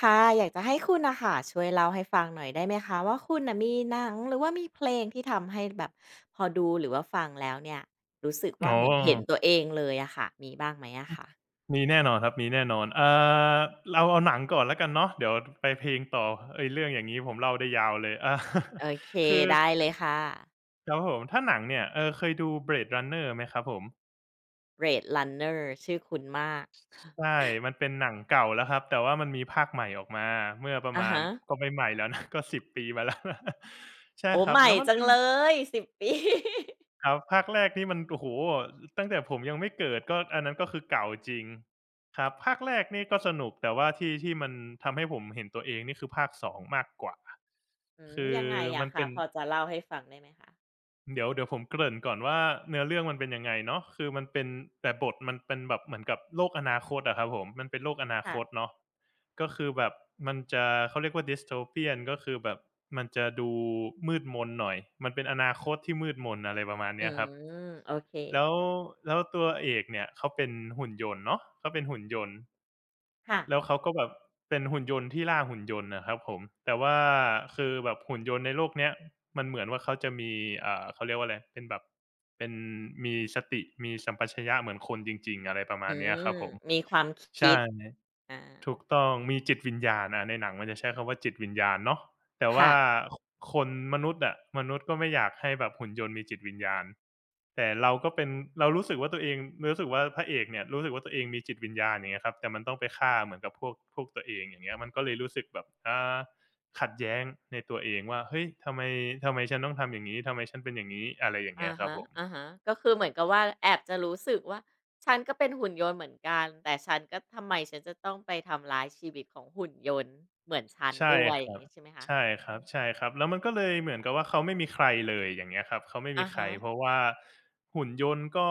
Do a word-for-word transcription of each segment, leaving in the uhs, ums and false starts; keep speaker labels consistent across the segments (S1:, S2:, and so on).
S1: ค่ะอยากจะให้คุณนะค่ะช่วยเล่าให้ฟังหน่อยได้ไหมคะว่าคุณน่ะมีหนังหรือว่ามีเพลงที่ทำให้แบบพอดูหรือว่าฟังแล้วเนี่ยรู้สึก
S2: อ๋
S1: ว่าเหมือนเห็นตัว
S2: อ
S1: เองเลยอะค่ะมีบ้างไหมอะค่ะ
S2: มีแน่นอนครับ มีแน่นอนเอ่อเราเอาหนังก่อนแล้วกันเนาะเดี๋ยวไปเพลงต่อเอ๊ยเรื่องอย่างงี้ผมเล่าได้ยาวเลยอา
S1: โอเค
S2: คือ
S1: ได้เลยค่ะ
S2: ครับผมถ้าหนังเนี่ยเออเคยดู Blade Runner ไหมครับผม
S1: Blade Runner ชื่อคุ้นมาก
S2: ใช่ มันเป็นหนังเก่าแล้วครับ แต่ว่ามันมีภาคใหม่ออกมา เมื่อประ
S1: อะ
S2: มาณ
S1: ฮะ
S2: ก็ไม่ใหม่แล้วนะ ก็สิบปีมาแล้ว ใช่
S1: โอ้
S2: ครั
S1: ให
S2: บ
S1: ม่
S2: แล้วมัน
S1: จัง
S2: เป็น
S1: เลยสิบปี
S2: ครับภาคแรกนี่มันโอ้โฮตั้งแต่ผมยังไม่เกิดก็อันนั้นก็คือเก่าจริงครับภาคแรกนี่ก็สนุกแต่ว่าที่ที่มันทำให้ผมเห็นตัวเองนี่คือภาคสองมากกว่า
S1: อืม
S2: คือ
S1: ยังไงอะ
S2: มัน
S1: คะ
S2: เป็น
S1: พอจะเล่าให้ฟังได้ไหมคะ
S2: เดี๋ยวเดี๋ยวผมเกริ่นก่อนว่าเนื้อเรื่องมันเป็นยังไงเนาะคือมันเป็นแต่บทมันเป็นแบบเหมือนกับโลกอนาคตอะครับผมมันเป็นโลกอนาคต
S1: ค่ะ
S2: เนาะก็คือแบบมันจะเขาเรียกว่า dystopian ก็คือแบบมันจะดูมืดมนหน่อยมันเป็นอนาคตที่มืดมนอะไรประมาณ
S1: อื
S2: เนี้ยครับ
S1: มโอเค
S2: แล้วแล้วตัวเอกเนี่ยเขาเป็นหุ่นยนต์เนาะเขาเป็นหุ่นยนต์
S1: ค่ะ
S2: แล้วเขาก็แบบเป็นหุ่นยนต์ที่ล่าหุ่นยนต์นะครับผมแต่ว่าคือแบบหุ่นยนต์ในโลกเนี้ยมันเหมือนว่าเขาจะมีเอ่อเขาเรียกว่าอะไรเป็นแบบเป็นมีสติมีสัมปชัญญะเหมือนคนจริงๆอะไรประมา
S1: อื
S2: ณเนี้ยค
S1: ม
S2: รับผม
S1: มีความคิ
S2: ใช่
S1: ดอา
S2: ถูกต้องมีจิตวิญญาณอ่าในหนังมันจะใช้คำว่าจิตวิญญาณเนาะแต่
S1: ค่ะ
S2: ว่าคคนมนุษย์อะมนุษย์ก็ไม่อยากให้แบบหุ่นยนต์มีจิตวิญญาณแต่เราก็เป็นเรารู้สึกว่าตัวเองรู้สึกว่าพระเอกเนี่ยรู้สึกว่าตัวเองมีจิตวิญญาณอย่างเงี้ยครับแต่มันต้องไปฆ่าเหมือนกับพวกพวกตัวเองอย่างเงี้ยมันก็เลยรู้สึกแบบอ่าขัดแย้งในตัวเองว่าเฮ้ยทำไมทำไมฉันต้องทำอย่างงี้ทำไมฉันเป็นอย่างงี้อะไรอย่างเงี้
S1: อา
S2: ยครับ
S1: ฮะ
S2: ผม
S1: อ่าฮะก็คือเหมือนกับว่าแอบจะรู้สึกว่าฉันก็เป็นหุ่นยนต์เหมือนกันแต่ฉันก็ทำไมฉันจะต้องไปทำร้ายชีวิตของหุ่นยนต์เหมือนฉัน
S2: ใช่
S1: ด้วย
S2: ค
S1: อย่าง
S2: รับ
S1: นี้ใช่ไหมคะ
S2: ใช่ค
S1: อื
S2: รับใช่
S1: ม
S2: ครับแล้วมันก็เลยเหมือนกับว่าเขาไม่มีใครเลยอย่างเงี้ยครับเขาไม่มี
S1: อะ
S2: ใคร
S1: ฮะ
S2: เพราะว่าหุ่นยนต์ก็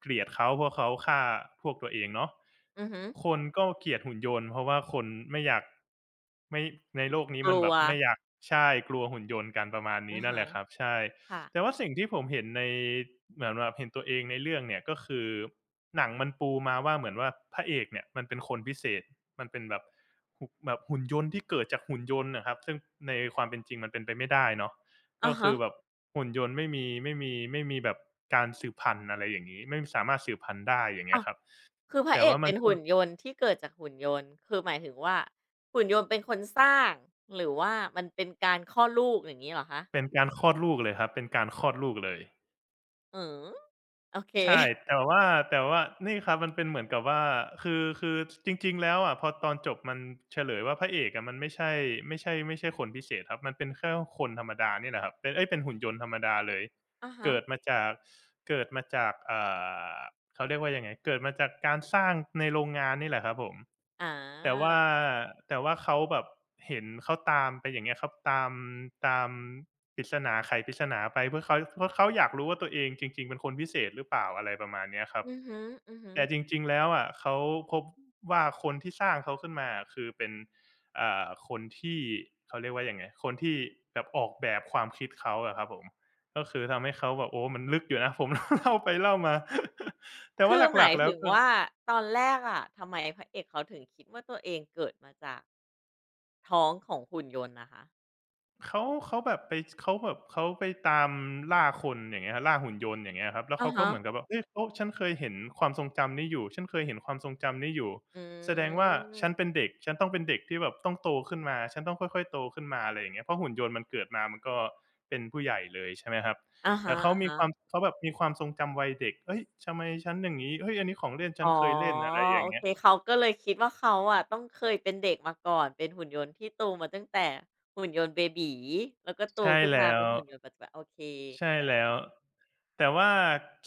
S2: เกลียดเขาเพราะเขาฆ่าพวกตัวเองเนาะ
S1: อือฮึ
S2: คนก็เกลียดหุ่นยนต์เพราะว่าคนไม่อยากไม่ในโลกนี้
S1: ก
S2: มัน
S1: ลั
S2: แบ
S1: ว
S2: บไม่อยากใช่กลัวหุ่นยนต์กันประมาณนี้
S1: อา
S2: นั่นแห
S1: ฮะ
S2: ละครับใช่
S1: ค่ะ
S2: แต่ว่าสิ่งที่ผมเห็นในเหมือนแบบเห็นตัวเองในเรื่องเนี่ยก็คือหนังมันปูมาว่าเหมือนว่าพระเอกเนี่ยมันเป็นคนพิเศษมันเป็นแบบ หุแบบหุ่นยนต์ที่เกิดจากหุ่นยนต์นะครับซึ่งในความเป็นจริงมันเป็นไปไม่ได้เนาะ
S1: อา
S2: ก็คื
S1: ฮะ
S2: อแบบหุ่นยนต์ไม่มีไม่มีไม่มีแบบการสืบพันธุ์อะไรอย่างงี้ไม่สามารถสืบพันธุ์ได้อย่างเงี้
S1: อ้า
S2: ย
S1: ว
S2: ครับ
S1: คือพระ
S2: แต่
S1: เอก
S2: ว่ามั
S1: เป็
S2: น
S1: น
S2: ก็
S1: หุ่นยนต์ที่เกิดจากหุ่นยนต์คือหมายถึงว่าหุ่นยนต์เป็นคนสร้างหรือว่ามันเป็นการคลอดลูกอย่างนี้เหรอคะ
S2: เป็นการคลอดลูกเลยครับเป็นการคลอดลูกเลย
S1: เออโอเค
S2: ใช่แต่ว่าแต่ว่านี่ครับมันเป็นเหมือนกับว่าคือคือจริงๆแล้วอะพอตอนจบมันเฉลยว่าพระเอกอะมันไม่ใช่ไม่ใช่ไม่ใช่คนพิเศษครับมันเป็นแค่คนธรรมดาเนี่ยแหละครับเป็นเอ๊ยเป็นหุ่นยนต์ธรรมดาเลย
S1: อะฮะ
S2: เกิดมาจากเกิดมาจากอ่าเขาเรียกว่ายังไงเกิดมาจากการสร้างในโรงงานนี่แหละครับผม
S1: อ
S2: แต่ว่า
S1: า
S2: แต่ว่าเขาแบบเห็นเขาตามไปอย่างเงี้ยครับตามตามปริศนาไขปริศนาไปเพื่อเขาเพราะเขาอยากรู้ว่าตัวเองจริงๆเป็นคนพิเศษหรือเปล่าอะไรประมาณเนี้ยครับ
S1: อือฮึ
S2: แต่จ
S1: ๆ
S2: ริงๆแล้วอะเขาพบว่าคนที่สร้างเขาขึ้นมาอะคือเป็นอ่าคนที่เขาเรียกว่ายังไงคนที่แบบออกแบบความคิดเขาอะครับผม ก็คือทำให้เขาแบบโอ้มันลึกอยู่นะ ผมเล่าไปเล่ามา แต่ว่า
S1: คื
S2: ห
S1: อห
S2: ลั
S1: มา
S2: ก
S1: ย
S2: ๆแล้ว
S1: ถึง
S2: ก็
S1: ว่าตอนแรกอะทำไมพระเอกเขาถึงคิดว่าตัวเองเกิดมาจากท้องของหุ่นยนต์นะคะ
S2: เขาเขาแบบไปเขาแบบเขาไปตามล่าคนอย่างเงี้ยครับล่าหุ่นยนต์อย่างเงี้ยครับแล้ว
S1: อะ
S2: เขาก็
S1: ฮะ
S2: เหมือนกับว่าเฮ้ยโอ๊ะฉันเคยเห็นความทรงจำนี้อยู่ฉันเคยเห็นความทรงจำนี้อยู่
S1: อื
S2: แสดงว่าฉัน
S1: ม
S2: เป็นเด็กฉันต้องเป็นเด็กที่แบบต้องโตขึ้นมาฉันต้องค่อยๆโตขึ้นมาอะไรอย่างเงี้ยเพราะหุ่นยนต์มันเกิดมามันก็เป็นผู้ใหญ่เลยใช่ไหมครับ
S1: อะฮ
S2: แต่เขามี
S1: ะ
S2: ความ
S1: ๆ
S2: เขาแบบมีความทรงจำวัยเด็กเฮ้ยทำไมฉันอย่างงี้เฮ้ยอันนี้ของเล่นฉั
S1: อ๋อ
S2: นเคยเล่นอะไรอย่า
S1: โอ
S2: งเงี้
S1: เค
S2: ย
S1: เขาก็เลยคิดว่าเขาอะต้องเคยเป็นเด็กมาก่อนเป็นหุ่นยนต์ที่โตมาตั้งแต่หุ่นยนต์เบบี๋แล้วก็โต
S2: ใช่
S1: ขึ้น
S2: แล้
S1: มาเป็
S2: ว
S1: นหุ่นยนต์ปัจจุบันโอเคเข้า
S2: ใช่
S1: ใจแล้
S2: แล้ว
S1: ว
S2: แต่ว่า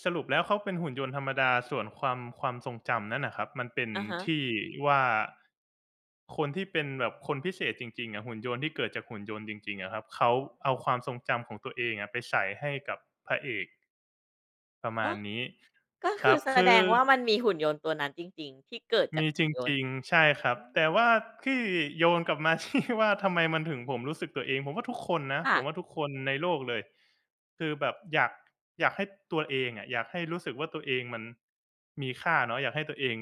S2: สรุปแล้วเขาเป็นหุ่นยนต์ธรรมดาส่วนความความทรงจำนั่นน่ะครับมันเป็น
S1: อะฮะ
S2: ที่ว่าคนที่เป็นแบบคนพิเศษจริงๆอะหุ่นยนต์ที่เกิดจากหุ่นยนต์จริงๆอะครับเขาเอาความทรงจำของตัวเองอะไปใส่ให้กับพระเอกประ
S1: อ๋
S2: มา
S1: อ
S2: ณนี้
S1: ก็
S2: ค
S1: คื
S2: รั
S1: อ
S2: บ
S1: แส
S2: คื
S1: ด
S2: อ
S1: งว่ามันมีหุ่นยนต์ตัวนั้นจริงๆที่เกิดจาก
S2: มีจ
S1: หุ่นยน
S2: ริ
S1: ต์
S2: งๆใช่ครับ
S1: อื
S2: แต่
S1: ม
S2: ว่าที่โยนกลับมา ที่ว่าทำไมมันถึงผมรู้สึกตัวเองผมว่าทุกคนนะผ
S1: ค่ะ
S2: มว่าทุกคนในโลกเลยคือแบบอยากอยากให้ตัวเองอะอยากให้รู้สึกว่าตัวเองมันมีค่าเนาะอยากให้ตัวเอง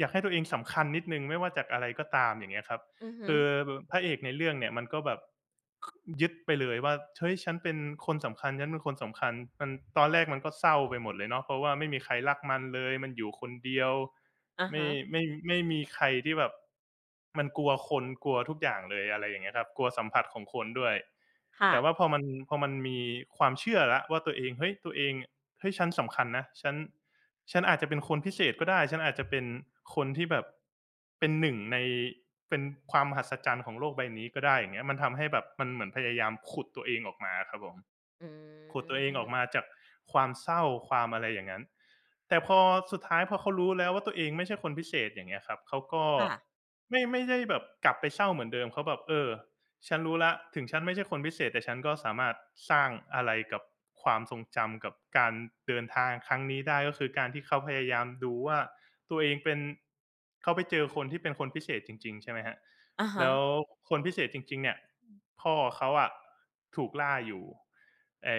S2: อยากให้ตัวเองสำคัญนิดหนึ่งไม่ว่าจากอะไรก็ตามอย่างเงี้ยครับ
S1: อือฮึ
S2: คือพระเอกในเรื่องเนี่ยมันก็แบบยึดไปเลยว่าเฮ้ยฉันเป็นคนสำคัญฉันเป็นคนสำคัญมันตอนแรกมันก็เศร้าไปหมดเลยเนาะเพราะว่าไม่มีใครรักมันเลยมันอยู่คนเดียว
S1: อะ
S2: ไม่
S1: ฮะ
S2: ไม่ไม่มีใครที่แบบมันกลัวคนกลัวทุกอย่างเลยอะไรอย่างเงี้ยครับกลัวสัมผัสของคนด้วย
S1: ค่ะ
S2: แต่ว่าพอมันพอมันมีความเชื่อแล้วว่าตัวเองเฮ้ยตัวเองเฮ้ยฉันสำคัญนะฉัน ฉันอาจจะเป็นคนพิเศษก็ได้ ฉันอาจจะเป็นคนที่แบบเป็นหนึ่งในเป็นความมหัศจรรย์ของโลกใบนี้ก็ได้อย่างเงี้ยมันทำให้แบบมันเหมือนพยายามขุดตัวเองออกมาครับผม
S1: อื
S2: ขุดตัวเองออกมา
S1: ม
S2: จากความเศร้าความอะไรอย่างนั้นแต่พอสุดท้ายพอเขารู้แล้วว่าตัวเองไม่ใช่คนพิเศษอย่างเงี้ยครับเขาก็
S1: ค่ะ
S2: ไม่ไม่ได้แบบกลับไปเศร้าเหมือนเดิมเขาแบบเออฉันรู้แล้วถึงฉันไม่ใช่คนพิเศษแต่ฉันก็สามารถสร้างอะไรกับความทรงจำกับการเดินทางครั้งนี้ได้ก็คือการที่เขาพยายามดูว่าตัวเองเป็นเขาไปเจอคนที่เป็นคนพิเศษจริงๆใช่ไหมครับ
S1: อะฮะ
S2: แล้วคนพิเศษจริงๆเนี่ย พ่อเขาอะถูกล่าอยู่ไอ้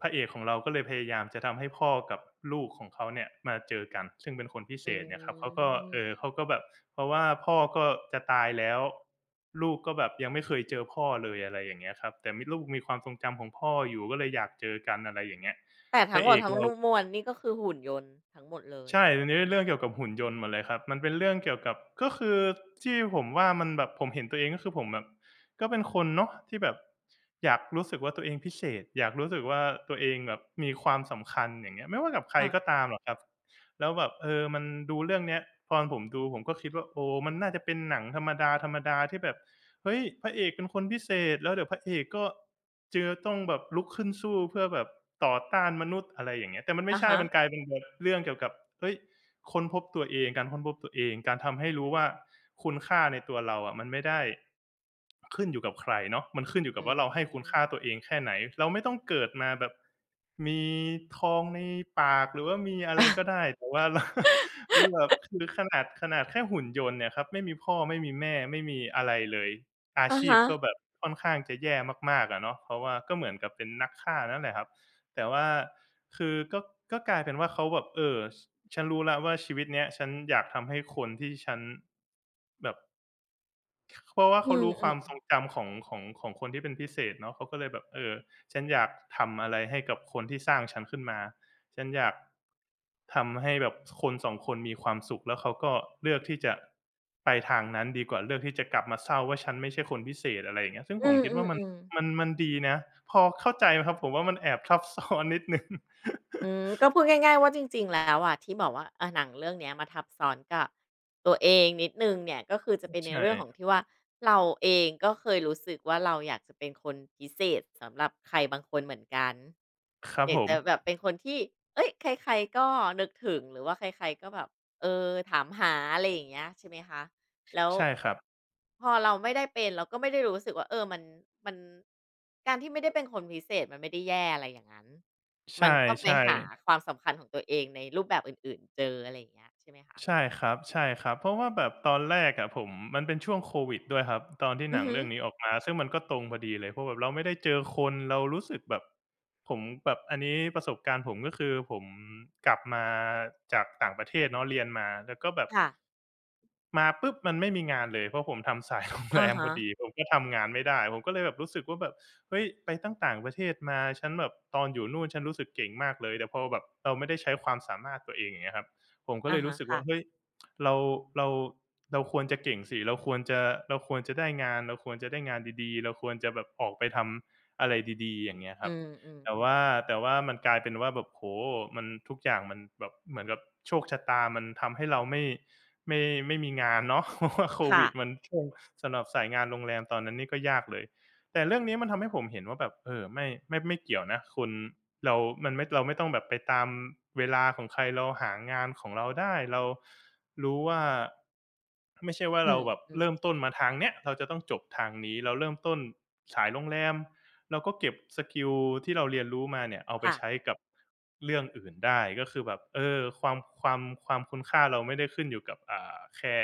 S2: พระเอกของเราก็เลยพยายามจะทำให้พ่อกับลูกของเขาเนี่ยมาเจอกันซึ่งเป็นคนพิเศ
S1: อื
S2: ษเนี่ยครับเขาก็เอ่อ
S1: ม
S2: เขาก็แบบเพราะว่าพ่อก็จะตายแล้วลูกก็แบบยังไม่เคยเจอพ่อเลยอะไรอย่างเงี้ยครับแต่มีลูกมีความทรงจำของพ่ออยู่ก็เลยอยากเจอกันอะไรอย่างเงี้ย
S1: แต่
S2: พ
S1: ทั้
S2: ระ
S1: งหม
S2: เอ
S1: ด
S2: ก
S1: ทั้ง
S2: เรา
S1: นุมมวลนี่ก็คือหุ่นยนต์ทั้งหมดเลย
S2: ใช่อันนี้เป็นเรื่องเกี่ยวกับหุ่นยนต์หมดเลยครับมันเป็นเรื่องเกี่ยวกับก็คือที่ผมว่ามันแบบผมเห็นตัวเองก็คือผมแบบก็เป็นคนเนาะที่แบบอยากรู้สึกว่าตัวเองพิเศษอยากรู้สึกว่าตัวเองแบบมีความสำคัญอย่างเงี้ยไม่ว่ากับใครก็
S1: อา
S2: ตามหรอกครับแล้วแบบเออมันดูเรื่องเนี้ยตอนผมดูผมก็คิดว่าโอ้มันน่าจะเป็นหนังธรรมดาๆที่แบบ เฮ้ยพระเอกเป็นคนพิเศษแล้วเดี๋ยวพระเอกก็เจอต้องแบบลุกขึ้นสู้เพื่อแบบต่อต้านมนุษย์อะไรอย่างเงี้ยแต่มันไม่
S1: อะ
S2: ใช่มันก
S1: ฮะ
S2: ลายเป็นแบบเรื่องเกี่ยวกับเฮ้ยค้นพบตัวเองการค้นพบตัวเองการทำให้รู้ว่าคุณค่าในตัวเราอะมันไม่ได้ขึ้นอยู่กับใครเนาะมันขึ้นอยู่กับ
S1: อื
S2: ว่าเราให้คุณ
S1: ม
S2: ค่าตัวเองแค่ไหนเราไม่ต้องเกิดมาแบบมีทองในปากหรือว่ามีอะไรก็ได้แต่ว่าเราคือแบบคือขนาดขนาดแค่หุ่นยนต์เนี่ยครับไม่มีพ่อไม่มีแม่ไม่มีอะไรเลย อา
S1: อะ
S2: ชีพ
S1: ฮะ
S2: ก็แบบค่อนข้างจะแย่มากๆอะเนาะเพราะว่าก็เหมือนกับเป็นนักฆ่านั่นแหละครับแต่ว่าคือก็ก็กลายเป็นว่าเขาแบบเออฉันรู้แล้วว่าชีวิตเนี้ยฉันอยากทำให้คนที่ฉันแบบ เพราะว่า
S1: อื
S2: เขารู้ควา
S1: ม
S2: มทรง
S1: ๆ
S2: จำของของของคนที่เป็นพิเศษเนาะเขาก็เลยแบบเออฉันอยากทำอะไรให้กับคนที่สร้างฉันขึ้นมาฉันอยากทำให้แบบคนสองคนมีความสุขแล้วเขาก็เลือกที่จะไปทางนั้นดีกว่าเลือกที่จะกลับมาเศร้าว่าฉันไม่ใช่คนพิเศษอะไรอย่างเงี้ยซึ่ง
S1: อื
S2: ผมคิดว่ามัน
S1: มๆ
S2: มัน
S1: ๆ
S2: มันดีนะพอเข้าใจครับผมว่ามันแอบซับซ้อนนิดหนึ่ง
S1: อื มก็พูดง่ายๆว่าจริงๆแล้วอะที่บอกว่าเออหนังเรื่องเนี้ยมาทับซ้อนกับตัวเองนิดหนึ่งเนี่ยก็คือจะเป็น
S2: ใช
S1: ในเรื่องของ
S2: ่
S1: ที่ว่าเราเองก็เคยรู้สึกว่าเราอยากจะเป็นคนพิเศษสำหรับใครบางคนเหมือนกัน
S2: ครั
S1: อ
S2: บ
S1: ยา
S2: ผ
S1: ก
S2: ม
S1: จะแบบเป็นคนที่เฮ้ยใครๆก็นึกถึงหรือว่าใครๆก็แบบเออถามหาอะไรอย่างเงี้ยใช่ไหมคะ แล้ว
S2: ใช่ครับ
S1: พอเราไม่ได้เป็นเราก็ไม่ได้รู้สึกว่าเออมันมันการที่ไม่ได้เป็นคนพิเศษมันไม่ได้แย่อะไรอย่างนั้น
S2: ใช่
S1: มันก็ไปหา
S2: ๆ
S1: ความสำคัญของตัวเองในรูปแบบอื่นๆเจออะไรอย่างเงี้ยใช่ไหมคะ
S2: ใช่ครับใช่ครับเพราะว่าแบบตอนแรกอะผมมันเป็นช่วงโควิดด้วยครับตอนที่ห
S1: อื
S2: นั
S1: อ
S2: ง
S1: ฮึ
S2: เรื่องนี้ออกมาซึ่งมันก็ตรงพอดีเลยเพราะแบบเราไม่ได้เจอคนเรารู้สึกแบบผมแบบอันนี้ประสบการณ์ผมก็คือผมกลับมาจากต่างประเทศเนาะเรียนมาแล้วก็แบบ
S1: ค่ะ
S2: มาปุ๊บมันไม่มีงานเลยเพราะผมทำสายโรงแร
S1: อะ
S2: มพ
S1: ฮะ
S2: อดีผมก็ทำงานไม่ได้ผมก็เลยแบบรู้สึกว่าแบบเฮ้ยไปตั้งต่างประเทศมาฉันแบบตอนอยู่นู่นฉันรู้สึกเก่งมากเลยแต่พอแบบเราไม่ได้ใช้ความสามารถตัวเองอย่างเงี้ยครับ ผมก็
S1: อะ
S2: เลย
S1: ฮะ
S2: รู้สึกว่าเฮ้
S1: ค่ะ
S2: ยเราเราเราควรจะเก่งสิเราควรจะเราควรจะได้งานเราควรจะได้งานดีๆเราควรจะแบบออกไปทำอะไรดีๆอย่างเงี้ยค
S1: อื
S2: รับแต่
S1: มๆ
S2: ว่า
S1: ๆ
S2: แต่ว่ามันกลายเป็นว่าแบบโอ้โฮมันทุกอย่างมันแบบเหมือนกับโชคชะตามันทำให้เราไม่ไม่ไม่มีงานเนาะ เพราะว่าโค
S1: ค่ะ
S2: วิดมันช่วงสำหรับสายงานโรงแรมตอนนั้นนี่ก็ยากเลย แต่เรื่องนี้มันทำให้ผมเห็นว่าแบบเออไม่ไม่ไม่เกี่ยวนะคุณเรามันไม่เราไม่ต้องแบบไปตามเวลาของใครเราหางานของเราได้เรารู้ว่าไม่ใช่ว่า
S1: อื
S2: เราแบบ
S1: ม
S2: เริ่ม
S1: ๆ
S2: ต้นมาทางเนี้ยเราจะต้องจบทางนี้เราเริ่มต้นสายโรงแรมเราก็เก็บสกิลที่เราเรียนรู้มาเนี่ยเอาไป
S1: ค่ะ
S2: ใช้กับเรื่องอื่นได้ก็คือแบบเออความความความคุณค่าเราไม่ได้ขึ้นอยู่กับอ่าแค่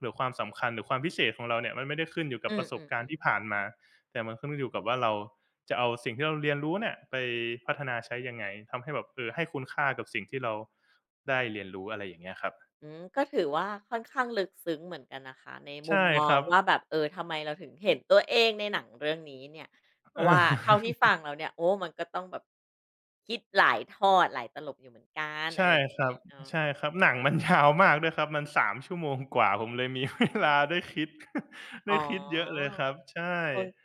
S2: หรือความสำคัญหรือความพิเศษของเราเนี่ยมันไม่ได้ขึ้นอยู่กับ
S1: อื
S2: ป
S1: อ
S2: ระสบการณ์ที่
S1: ๆๆ
S2: ผ่านมา แต่มันขึ้นอยู่กับว่าเราจะเอาสิ่งที่เราเรียนรู้เนี่ยไปพัฒนาใช้ยังไงทำให้แบบเออให้คุณค่ากับสิ่งที่เราได้เรียนรู้อะไรอย่างเงี้ยครับ
S1: อืมก็ถือว่าค่อนข้างลึกซึ้งเหมือนกันนะคะในมุ
S2: ใช่
S1: มม
S2: ค
S1: อง
S2: รับ
S1: ว่าแบบเออทำไมเราถึงเห็นตัวเองในหนังเรื่องนี้เนี่ยเพ ราะ
S2: เอ
S1: ว่าเท่าที่
S2: อ
S1: ฟังเราเนี่ยโอ้มันก็ต้องแบบคิดหลายทอดหลายตลบอยู่เหมือนกัน
S2: ใช่
S1: อะไรอย่าง
S2: ครั
S1: นี้
S2: บ
S1: อ
S2: ใช่ค
S1: อ
S2: รับหนังมันยาวมากด้วยครับมันสามชั่วโมงกว่าผมเลยมี เวลาได้คิด
S1: อ๋
S2: ได้คิดเยอะเล
S1: อ
S2: ยครับใช่
S1: โอเค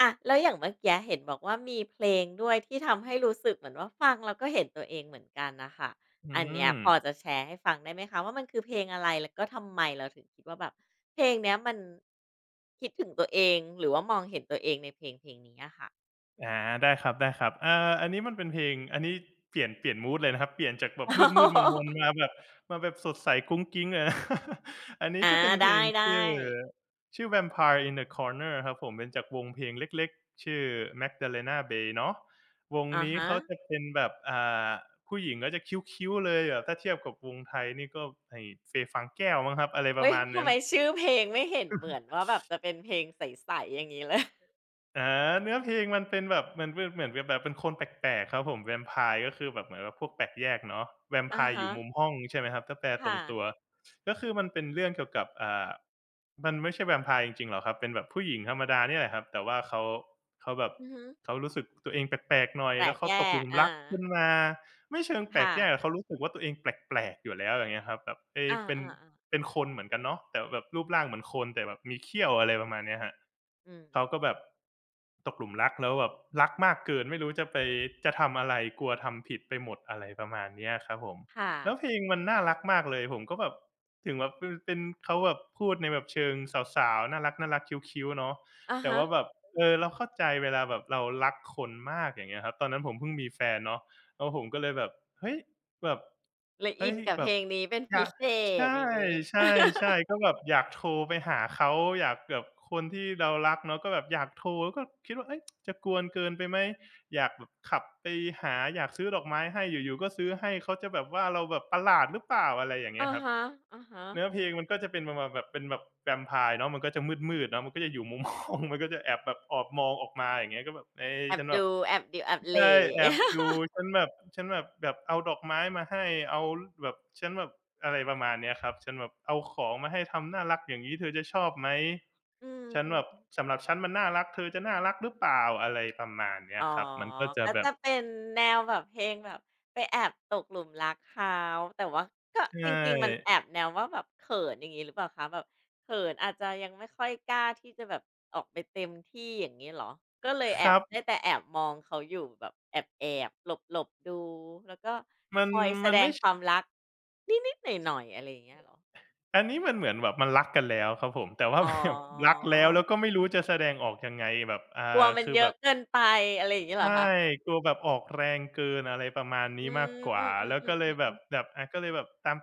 S1: อะแล้วอย่างเมื่อกี้เห็นบอกว่ามีเพลงด้วยที่ทำให้รู้สึกเหมือนว่าฟังแล้วก็เห็นตัวเองเหมือนกันนะคะ
S2: อื
S1: อันเนี้ย
S2: ม
S1: พอจะแชร์ให้ฟังได้ไหมคะว่ามันคือเพลงอะไรแล้วก็ทำไมเราถึงคิดว่าแบบเพลงเนี้ยมันคิดถึงตัวเองหรือว่ามองเห็นตัวเองในเพลงเพลงนี้อะค่ะ
S2: อาได้ครับได้ครับอ่าอันนี้มันเป็นเพลงอันนี้เปลี่ยนเปลี่ยนมูดเลยนะครับเปลี่ยนจากแบบมืดๆมน ๆมาแบบมาแบบสดใสกุ๊งกิ๊ง เลยอันนี้
S1: อา
S2: จะเป็นเพล
S1: ได้
S2: ง
S1: ได้
S2: ชื่อชื่อ "Vampire in the Corner" ครับผมเป็นจากวงเพลงเล็กๆชื่อ Magdalena Bay เนาะวง
S1: อะ
S2: นี้
S1: ฮะ
S2: เขาจะเป็นแบบอ่าผู้หญิงก็จะคิ้วๆเลยแบบถ้าเทียบกับวงไทยนี่ก็ไอ้เฟย์ฟางแก้วมั้งครับอะไรประ
S1: เฮ้ย
S2: มาณ
S1: ทำ
S2: นั้น
S1: ไมชื่อเพลงไม่เห็นเหมือนว่าแบบจะเป็นเพลงใสๆอย่างนี้เลย
S2: อาเนื้อเพลงมันเป็นแบบมันเป็นเหมือนแบบเป็นคนแปลกๆครับผมแวมไพร์ก็คือแบบเหมือนแบบพวกแปลกแยกเนาะแวมไพ
S1: อะ
S2: ร์อ
S1: ฮะ
S2: ยู่มุมห้องใช่ไหมครับถ้าแปลตร
S1: ค่ะ
S2: งตัวก็คือมันเป็นเรื่องเกี่ยวกับอ่ามันไม่ใช่แวมไพร์จริงๆหรอกครับเป็นแบบผู้หญิงธรรมดาเนี่ยแหละครับแต่ว่าเขาเขาแบบ
S1: อือฮึ
S2: เขารู้สึกตัวเองแปลกๆหน่อย
S1: แปล
S2: แล้
S1: ก
S2: วเขา
S1: แย
S2: ตกห
S1: ก
S2: ลุม
S1: อา
S2: รักขึ้นมา ไม่เชิงแปลก
S1: ค่ะ
S2: แยกอะเขารู้สึกว่าตัวเองแปลกๆอยู่แล้วอย่างเงี้ยครับแบบเอ
S1: อ
S2: เป็น
S1: าๆๆ
S2: เป็นคนเหมือนกันเนาะแต่แบบรูปร่างเหมือนคนแต่แบบมีเขี้ยวอะไรประมาณเนี้ยครับ
S1: อืม
S2: เขาก็แบ
S1: ๆ
S2: บตกหลุมรักแล้วแบบรักมากเกินไม่รู้จะไปจะทำอะไรกลัวทำผิดไปหมดอะไรประมาณเนี้ยครับผม
S1: ค่ะ
S2: แล้วเพลงมันน่ารักมากเลยผมก็แบบถึงแบบเป็นเป็นเขาแบบพูดในแบบเชิงสาวๆน่ารักๆคิ้วๆเนาะ
S1: อะ
S2: แต่
S1: ฮะ
S2: ว่าแบบเออเราเข้าใจเวลาแบบเรารักคนมากอย่างเงี้ยครับตอนนั้นผมเพิ่งมีแฟนเนาะ แล้วผมก็เลยแบบเฮ้ยแบบ
S1: เลยอิ
S2: เฮ้
S1: น
S2: ย
S1: กับ
S2: แบ
S1: เพ
S2: บ
S1: ลงนี้เป็น
S2: อ
S1: พิ
S2: ยาก
S1: เศษ
S2: ใช่
S1: อย่างงี้
S2: ใช่ๆก็แบบอยากโทรไปหาเขาอยากแบบคนที่เรารักเนาะก็แบบอยากโทรแล้วก็คิดว่าเฮ้ยจะกวนเกินไปไหมอยากแบบขับไปหาอยากซื้อดอกไม้ให้อยู่ๆก็ซื้อให้เขาจะแบบว่าเราแบบประหลาดหรือเปล่าอะไรอย่างเงี้
S1: อะ
S2: ยครับ
S1: ฮะ
S2: เนื้อเพลงมันก็จะเป็นประมาณแบบเป็นแบบแวมไพร์เนาะมันก็จะมืดๆเนาะมันก็จะอยู่มุม ห้องมันก็จะแอบแบบออบมองออกมาอย่างเงี้ยก็แบบเอ๊
S1: ๆแอบ
S2: ฉันแบบ
S1: ดูแอบดิวแอบเห
S2: ใช่
S1: ล่
S2: แอ บดูฉันแบบฉันแบบแบบเอาดอกไม้มาให้เอาแบบฉันแบบอะไรประมาณเนี้ยครับฉันแบบเอาของมาให้ทำน่ารักอย่างงี้เธอจะชอบไหม
S1: อื
S2: ฉันแบบ
S1: ม
S2: สำหรับฉันมันน่ารักเธอจะน่ารักหรือเปล่าอะไรประมาณเนี้
S1: อ๋
S2: ย
S1: อ
S2: ครับมันก็จะ
S1: ก็
S2: แบบ
S1: จะเป็นแนวแบบเพลงแบบไปแอบตกหลุมรักเขาแต่ว่าก็
S2: ใช
S1: จริงๆมันแอ
S2: ่
S1: บแนวว่าแบบเขินอย่างงี้หรือเปล่าคะแบบเขินอาจจะยังไม่ค่อยกล้าที่จะแบบออกไปเต็มที่อย่างงี้เหรอก็เลยแอ
S2: ค
S1: บ
S2: รับ
S1: ได้แต่แอบมองเขาอยู่แบบแอบๆหลบๆดูแล้วก็
S2: มัน
S1: คอยแส
S2: มัน
S1: ดง
S2: ไม่ช
S1: ความรักนิดๆหน่อยๆอะไรอย่างเงี้ยเหรอ
S2: อันนี้มันเหมือนแบบมันรักกันแล้วครับผมแต่ว่า
S1: อ๋อ
S2: แบบรักแล้วแล้วก็ไม่รู้จะแสดงออกยังไงแบบอ่า
S1: กลัวมัน
S2: คือ
S1: เย
S2: แบ
S1: อะ
S2: บ
S1: เกินไปอะไรอย่างงี้เหรอ
S2: ใช่
S1: คะ
S2: กลัวแบบออกแรงเกินอะไรประมาณ
S1: อื
S2: นี้มากกว่า
S1: ม
S2: แล้วก็เลยแบ
S1: ๆ
S2: บ
S1: ๆๆๆ
S2: แบบอาก็เลยแบบตา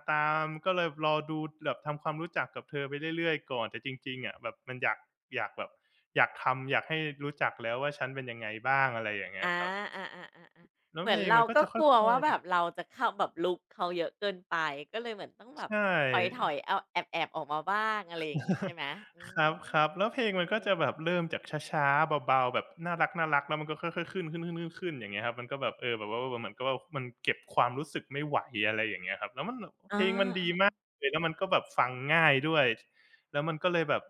S2: มๆก็เลยรอดูแบบทำความรู้จักกับเธอไปเรื่อยๆก่อนแต่จริงๆอะแบบมันอยากอยากแบบอยากทำอยากให้รู้จักแล้วว่าฉันเป็นยังไงบ้างอะไรอย่างเงี้ย
S1: อา
S2: ครับ
S1: อาๆๆๆ
S2: แล้ว
S1: เหมื
S2: เพ
S1: อน
S2: ลง
S1: เรา
S2: มันก็
S1: ก็
S2: จะ
S1: ก
S2: ค่
S1: ลัว
S2: อ
S1: ว่า
S2: ย
S1: แบ
S2: ๆ
S1: บเราจะเข้าแบบรุกเขาเยอะเกินไปก็เลยเหมือนต้องแบบ
S2: ใช
S1: ถ
S2: ่
S1: อยๆเอาแอบๆออกมาบ้างอะไรอย่างงี้ใช่ ไหมอื
S2: ครับค
S1: ม
S2: รับ
S1: โอ
S2: แล้วเพ
S1: เค
S2: ลงมันก็จะแบบเริ่มจากช้าๆเบาๆแบบน่ารักน่ารักแล้วมันก็ค่อยๆขึ้นๆๆนขึ้นขึ้นขึ้นอย่างเงี้ยครับมันก็แบบเออแบบว่าเหมือนกับว่ามันเก็บความรู้สึกไม่ไหวอะไรอย่างเงี้ยครับแล้วมัน
S1: อา
S2: เพลงมันดี
S1: อ
S2: มากเลยแล้วมันก็แบบฟังง่ายด้วยแล้วมันก็เลยแบบ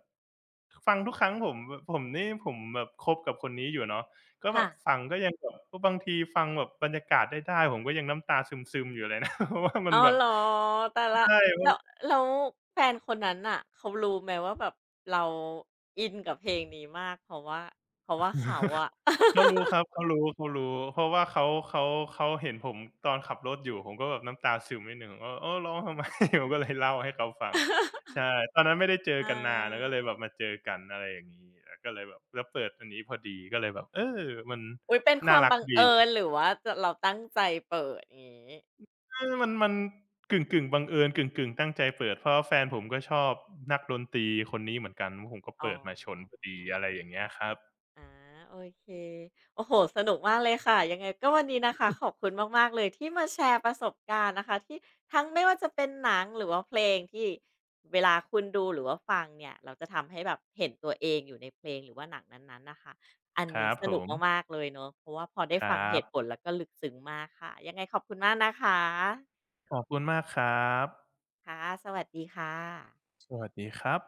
S2: ฟังทุกครั้งผมผมนี่ผมแบบคบกับคนนี้อยู่เนาะก็แบ
S1: ค่ะ
S2: บฟังก็ยังแบบก็บางทีฟังแบบบรรยากาศได้ๆผมก็ยังน้ำตาซึมๆอยู่เลยนะ เพราะว่ามัน
S1: อ้าว
S2: แบบ
S1: เหรอตายแล้ว
S2: ใช่
S1: แล้วแล้วแฟนคนนั้นน่ะเขารู้ไหมว่าแบบเราอินกับเพลงนี้มากเพราะว่าเพราะว่าเขาอะ
S2: เขารู้ครับเขารู้เขารู้เพราะว่าเขาเขาเขาเห็นผมตอนขับรถอยู่ผมก็แบบน้ำตาซึมนิดหนึ่งผมก็เออร้องทำไม ผมก็เลยเล่าให้เขาฟังใช่ ตอนนั้นไม่ได้เจอ
S1: อา
S2: กันนานแล้วก็เลยแบบมาเจอกันอะไรอย่างงี้แล้วก็เลยแบบแล้วเปิดอันนี้พอดีก็เลยแบบเออมัน
S1: อุ๊ยเป็นค
S2: น่า
S1: วาม
S2: รัก
S1: บัง
S2: ดี
S1: เอิญหรือว่าจะเราตั้งใจเปิดงี้
S2: เออมันมันกึ่งๆบังเอิญกึ่งๆตั้งใจเปิดเพราะว่าแฟนผมก็ชอบนักดนตรีคนนี้เหมือนกันผมก็
S1: อ๋อ
S2: เปิดมาชนพอดีอะไรอย่างเงี้ยครับ
S1: อาโอเค โอ้โฮสนุกมากเลยค่ะ ยังไงก็วันนี้นะคะขอบคุณมากๆเลยที่มาแชร์ประสบการณ์นะคะที่ทั้งไม่ว่าจะเป็นหนังหรือว่าเพลงที่เวลาคุณดูหรือว่าฟังเนี่ยเราจะทำให้แบบเห็นตัวเองอยู่ในเพลงหรือว่าหนังนั้นๆน่ะค่ะอัน
S2: ค
S1: นี้
S2: รับ
S1: ส
S2: ผ
S1: นุก
S2: ม
S1: มากๆเลยเนาะเพราะว่าพอได้
S2: ค
S1: ฟัง
S2: รั
S1: เหตุผล
S2: บ
S1: แล้วก็ลึกซึ้งมากค่ะยังไงขอบคุณมากนะคะ
S2: ขอบคุณมากครับ
S1: ค่ะสวัสดีค่ะ
S2: สวัสดีครับ